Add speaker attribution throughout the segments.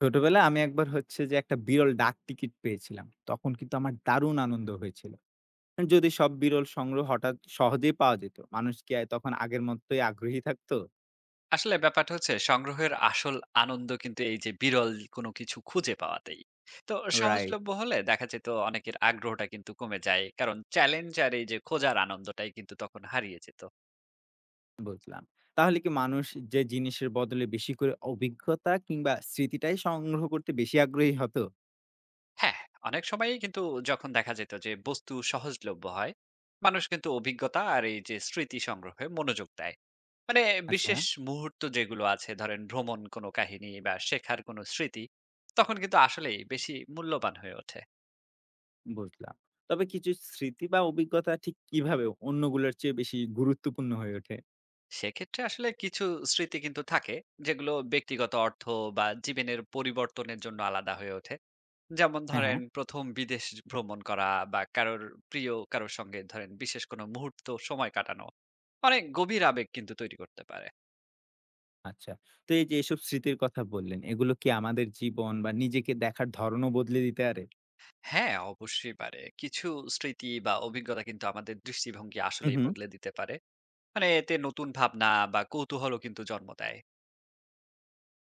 Speaker 1: ছোটবেলায় আমি একবার হচ্ছে যে একটা বিরল ডাক টিকিট পেয়েছিলাম। তখন কিন্তু আমার দারুণ আনন্দ হয়েছিল। যদি সব বিরল সংগ্রহ হঠাৎ সহজেই পাওয়া যেত, মানুষ কি তখন আগের মতোই আগ্রহী থাকতো?
Speaker 2: আসলে ব্যাপারটা হচ্ছে সংগ্রহের আসল আনন্দ কিন্তু এই যে বিরল কোনো কিছু খুঁজে পাওয়াতেই। তো
Speaker 1: রাইট,
Speaker 2: সহজলভ্য হলে দেখা যেত অনেকের আগ্রহটা কিন্তু কমে যায়। কারণ চ্যালেঞ্জ আর এই যে খোঁজার আনন্দটাই কিন্তু তখন হারিয়ে যেত।
Speaker 1: বুঝলাম। তাহলে কি মানুষ যে জিনিসের বদলে বেশি করে অভিজ্ঞতা কিংবা স্মৃতিটাই সংগ্রহ করতে বেশি আগ্রহী হতো?
Speaker 2: হ্যাঁ, অনেক সময়ই কিন্তু যখন দেখা যেত যে বস্তু সহজলভ্য হয়, মানুষ কিন্তু অভিজ্ঞতা আর এই যে স্মৃতি সংগ্রহে মনোযোগ দেয়। মানে
Speaker 1: আচ্ছা,
Speaker 2: বিশেষ মুহূর্ত যেগুলো আছে ধরেন ভ্রমণ কোনো কাহিনী বা শেখার কোনো স্মৃতি, তখন কিন্তু আসলেই বেশি মূল্যবান হয়ে ওঠে।
Speaker 1: বুঝলাম। তবে কিছু স্মৃতি বা অভিজ্ঞতা ঠিক কিভাবে অন্যগুলোর চেয়ে বেশি গুরুত্বপূর্ণ হয়ে ওঠে?
Speaker 2: সেক্ষেত্রে আসলে কিছু স্মৃতি কিন্তু থাকে যেগুলো ব্যক্তিগত অর্থ বা জীবনের পরিবর্তনের জন্য আলাদা হয়ে ওঠে, যেমন
Speaker 1: হ্যাঁ,
Speaker 2: ধরেন
Speaker 1: হ্যাঁ।
Speaker 2: প্রথম বিদেশ ভ্রমণ করা বা কারোর প্রিয় কারোর সঙ্গে ধরেন বিশেষ কোনো মুহূর্ত সময় কাটানো অনেক গভীর আবেগ কিন্তু তৈরি করতে পারে।
Speaker 1: আচ্ছা। তো এই যে এসব স্মৃতির কথা বললেন, এগুলো কি আমাদের জীবন বা নিজেকে দেখার ধরণও বদলে দিতে পারে?
Speaker 2: হ্যাঁ অবশ্যই পারে। কিছু স্মৃতি বা অভিজ্ঞতা কিন্তু আমাদের দৃষ্টিভঙ্গি
Speaker 1: হু,
Speaker 2: আসলেই
Speaker 1: হু।
Speaker 2: বদলে দিতে পারে। মানে এতে নতুন ভাবনা বা কৌতূহলও কিন্তু জন্ম দেয়।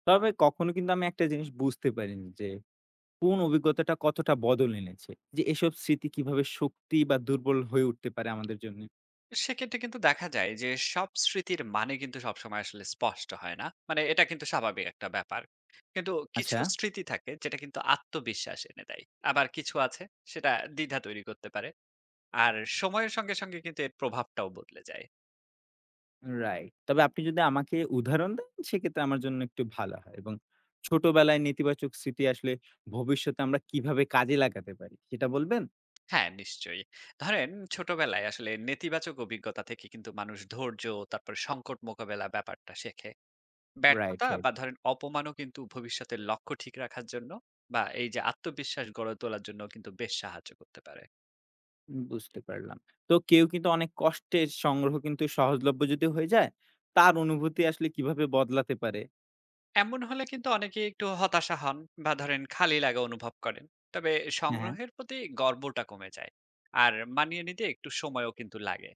Speaker 1: তবে কখনো কিন্তু আমি একটা জিনিস বুঝতে পারিনি যে কোন অভিজ্ঞতাটা কতটা বদল এনেছে। যে এসব স্মৃতি কিভাবে শক্তি বা দুর্বল হয়ে উঠতে পারে আমাদের জন্যে।
Speaker 2: সেক্ষেত্রে কিন্তু দেখা যায় যে সব স্মৃতির মানে কিন্তু সবসময় আসলে স্পষ্ট হয় না। মানে এটা কিন্তু স্বাভাবিক একটা ব্যাপার। কিন্তু কিছু
Speaker 1: আচ্ছা।
Speaker 2: স্মৃতি থাকে যেটা কিন্তু আত্মবিশ্বাস এনে দেয়। আবার কিছু আছে সেটা দ্বিধা তৈরি করতে পারে। আর সময়ের সঙ্গে সঙ্গে কিন্তু এর প্রভাবটাও বদলে যায়।
Speaker 1: রাইট। তবে আপনি যদি আমাকে উদাহরণ দেন সেক্ষেত্রে আমার জন্য একটু ভালো হয় এবং ছোটবেলায় নেতিবাচক স্মৃতি আসলে ভবিষ্যতে আমরা কিভাবে কাজে লাগাতে পারি সেটা বলবেন?
Speaker 2: হ্যাঁ, নিশ্চয়ই। ধরেন ছোটবেলায় আসলে নেতিবাচক অভিজ্ঞতা থেকে কিন্তু মানুষ ধৈর্য, তারপর সংকট মোকাবেলা ব্যাপারটা শেখে।
Speaker 1: রাইট,
Speaker 2: ব্যর্থতা
Speaker 1: রাইট।
Speaker 2: বা ধরেন অপমানও কিন্তু ভবিষ্যতের লক্ষ্য ঠিক রাখার জন্য বা এই যে আত্মবিশ্বাস গড়ে তোলার জন্য কিন্তু বেশ সাহায্য করতে পারে।
Speaker 1: বুঝতে পারলাম। তো কেউ কিন্তু অনেক কষ্টের সংগ্রহ কিন্তু সহজলভ্য যদি হয়ে যায়, তার অনুভূতি আসলে কিভাবে বদলাতে পারে?
Speaker 2: এমন হলে কিন্তু অনেকে একটু হতাশা হন বা ধরেন খালি লাগা অনুভব করেন, তবে
Speaker 1: হ্যাঁ, হ্যাঁ।
Speaker 2: সংগ্রহের প্রতি গর্বটা কমে যায় আর মানিয়ে নিতে একটু সময়ও কিন্তু লাগে।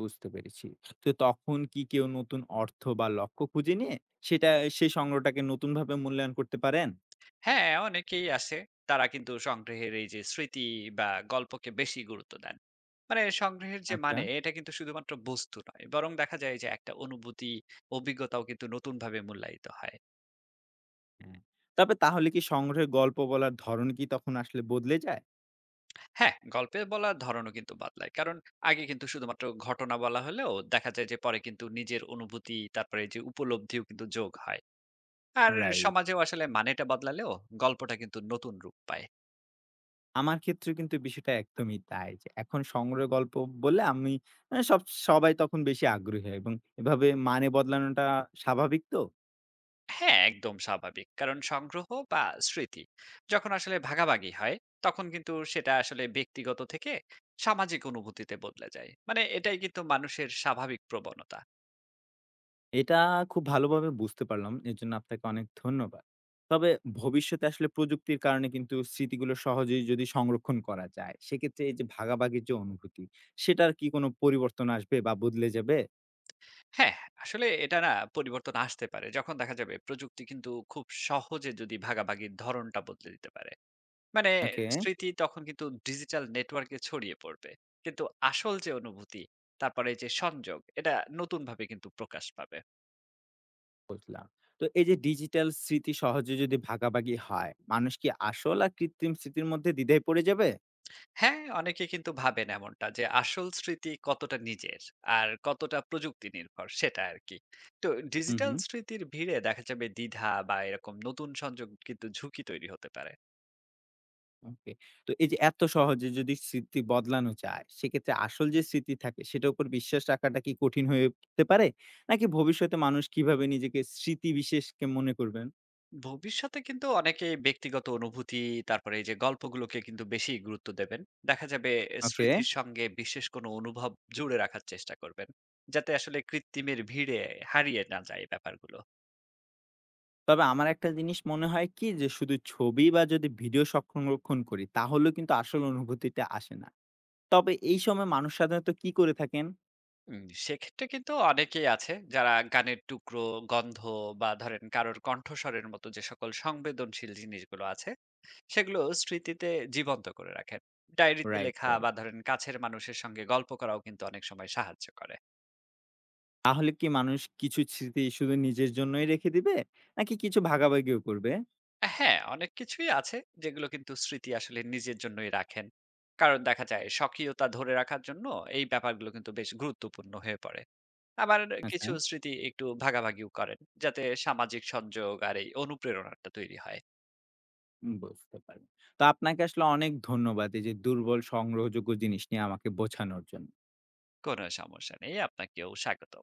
Speaker 1: বুঝতে পেরেছি। তো তখন কি কেউ নতুন অর্থ বা লক্ষ্য খুঁজে নিয়ে সেটা সেই সংগ্রহটাকে নতুনভাবে মূল্যায়ন করতে পারেন?
Speaker 2: হ্যাঁ অনেকেই আছে, তারা কিন্তু সংগ্রহের এই যে স্মৃতি বা গল্পকে বেশি গুরুত্ব দেন। মানে সংগ্রহের যে
Speaker 1: আচ্ছা।
Speaker 2: মানে এটা কিন্তু শুধুমাত্র বস্তু নয় বরং দেখা যায় যে একটা অনুভূতি, অভিজ্ঞতাও কিন্তু নতুন ভাবে মূল্যায়িত হয়।
Speaker 1: হ্যাঁ। তবে তাহলে কি সংগ্রহের গল্প বলার ধরন কি তখন আসলে বদলে যায়?
Speaker 2: হ্যাঁ, গল্পে বলার ধরনও কিন্তু বদলায়। কারণ আগে কিন্তু শুধুমাত্র ঘটনা বলা হলেও দেখা যায় যে পরে কিন্তু নিজের অনুভূতি তারপরে এই যে উপলব্ধিও কিন্তু যোগ হয়। আর
Speaker 1: রাইট।
Speaker 2: সমাজেও আসলে মানেটা বদলালেও গল্পটা কিন্তু নতুন রূপ পায়।
Speaker 1: আমার ক্ষেত্রে কিন্তু বিষয়টা একদমই তাই। যে এখন সংগ্রহের গল্প বললে আমি আ সব সবাই তখন বেশি আগ্রহী হয় এবং এভাবে মানে বদলানোটা স্বাভাবিক তো?
Speaker 2: হ্যাঁ, একদম স্বাভাবিক। কারণ সংগ্রহ বা স্মৃতি যখন আসলে ভাগাভাগি হয় তখন কিন্তু সেটা আসলে ব্যক্তিগত থেকে সামাজিক অনুভূতিতে বদলে যায়। মানে এটাই কিন্তু মানুষের স্বাভাবিক প্রবণতা।
Speaker 1: এটা খুব ভালোভাবে বুঝতে পারলাম। এজন্য আপনাকে অনেক ধন্যবাদ। তবে ভবিষ্যতে আসলে প্রযুক্তির কারণে কিন্তু স্মৃতিগুলো সহজেই যদি সংরক্ষণ করা যায়, সেক্ষেত্রে এই যে ভাগাভাগির যে অনুভূতি, সেটার কি কোনো পরিবর্তন আসবে বা বদলে যাবে?
Speaker 2: হ্যাঁ, আসলে এটা না, পরিবর্তন আসতে পারে। যখন দেখা যাবে প্রযুক্তি কিন্তু খুব সহজে যদি ভাগাভাগির ধরণটা বদলে দিতে পারে। মানে
Speaker 1: ওকে,
Speaker 2: স্মৃতি তখন কিন্তু ডিজিটাল নেটওয়ার্কে ছড়িয়ে পড়বে। কিন্তু আসল যে অনুভূতি, তারপরে এই যে সংযোগ, এটা নতুনভাবে কিন্তু প্রকাশ পাবে।
Speaker 1: বুঝলাম। তো এই যে ডিজিটাল স্মৃতি সহজে যদি ভাগাভাগি হয়, মানুষ কি আসল আর কৃত্রিম স্মৃতির মধ্যে দ্বিধায় পড়ে যাবে?
Speaker 2: হ্যাঁ, অনেকে কিন্তু ভাবেন এমনটা যে আসল স্মৃতি কতটা নিজের আর কতটা প্রযুক্তি নির্ভর সেটা আরকি। তো
Speaker 1: হু,
Speaker 2: ডিজিটাল
Speaker 1: হু।
Speaker 2: স্মৃতির ভিড়ে দেখা যাবে দ্বিধা বা এরকম নতুন সংযোগ কিন্তু ঝুঁকি তৈরি হতে পারে।
Speaker 1: ওকে। তো এই যে এত সহজে যদি স্মৃতি বদলানো যায়, সেক্ষেত্রে আসল যে স্মৃতি থাকে সেটার উপর বিশ্বাস রাখাটা কি কঠিন হয়ে উঠতে পারে? নাকি ভবিষ্যতে মানুষ কিভাবে নিজেকে স্মৃতি বিশেষকে মনে করবেন?
Speaker 2: ভবিষ্যতে কিন্তু অনেকে ব্যক্তিগত অনুভূতি তারপরে এই যে গল্পগুলোকে কিন্তু বেশি গুরুত্ব দেবেন। দেখা যাবে
Speaker 1: ওকে।
Speaker 2: স্মৃতির সঙ্গে বিশেষ কোনো অনুভব জুড়ে রাখার চেষ্টা করবেন যাতে আসলে কৃত্রিমের ভিড়ে হারিয়ে না যায় ব্যাপারগুলো।
Speaker 1: তবে আমার একটা জিনিস মনে হয় কি যে শুধু ছবি বা যদি ভিডিও সংরক্ষণ করি তাহলেও কিন্তু আসল অনুভূতিটা আসে না। তবে এই সময় মানুষ সাধারণত কি করে থাকেন?
Speaker 2: সেক্ষেত্রে কিন্তু অনেকেই আছে যারা গানের টুকরো, গন্ধ বা ধরেন কারোর কণ্ঠস্বরের মতো যে সকল সংবেদনশীল জিনিসগুলো আছে সেগুলো স্মৃতিতে জীবন্ত করে রাখেন। ডায়েরিতে
Speaker 1: রাইট,
Speaker 2: লেখা
Speaker 1: রাইট।
Speaker 2: বা ধরেন কাছের মানুষের সঙ্গে গল্প করাও কিন্তু অনেক সময় সাহায্য করে।
Speaker 1: তাহলে কি মানুষ কিছু স্মৃতি শুধু নিজের জন্যই রেখে দিবে? নাকি কিছু ভাগাভাগিও করবে?
Speaker 2: হ্যাঁ, অনেক কিছুই আছে যেগুলো কিন্তু স্মৃতি আসলে নিজের জন্যই রাখেন। কারণ দেখা যায় স্বকীয়তা ধরে রাখার জন্য এই ব্যাপারগুলো কিন্তু বেশ গুরুত্বপূর্ণ হয়ে পড়ে। আবার
Speaker 1: আচ্ছা।
Speaker 2: কিছু স্মৃতি একটু ভাগাভাগিও করেন যাতে সামাজিক সংযোগ আর এই অনুপ্রেরণাটা তৈরি হয়।
Speaker 1: বুঝতে পারলাম। তো আপনাকে আসলে অনেক ধন্যবাদ এই যে দুর্বল সংগ্রহযোগ্য জিনিস নিয়ে আমাকে বোঝানোর জন্য।
Speaker 2: কোনো সমস্যা নেই। আপনাকেও স্বাগত।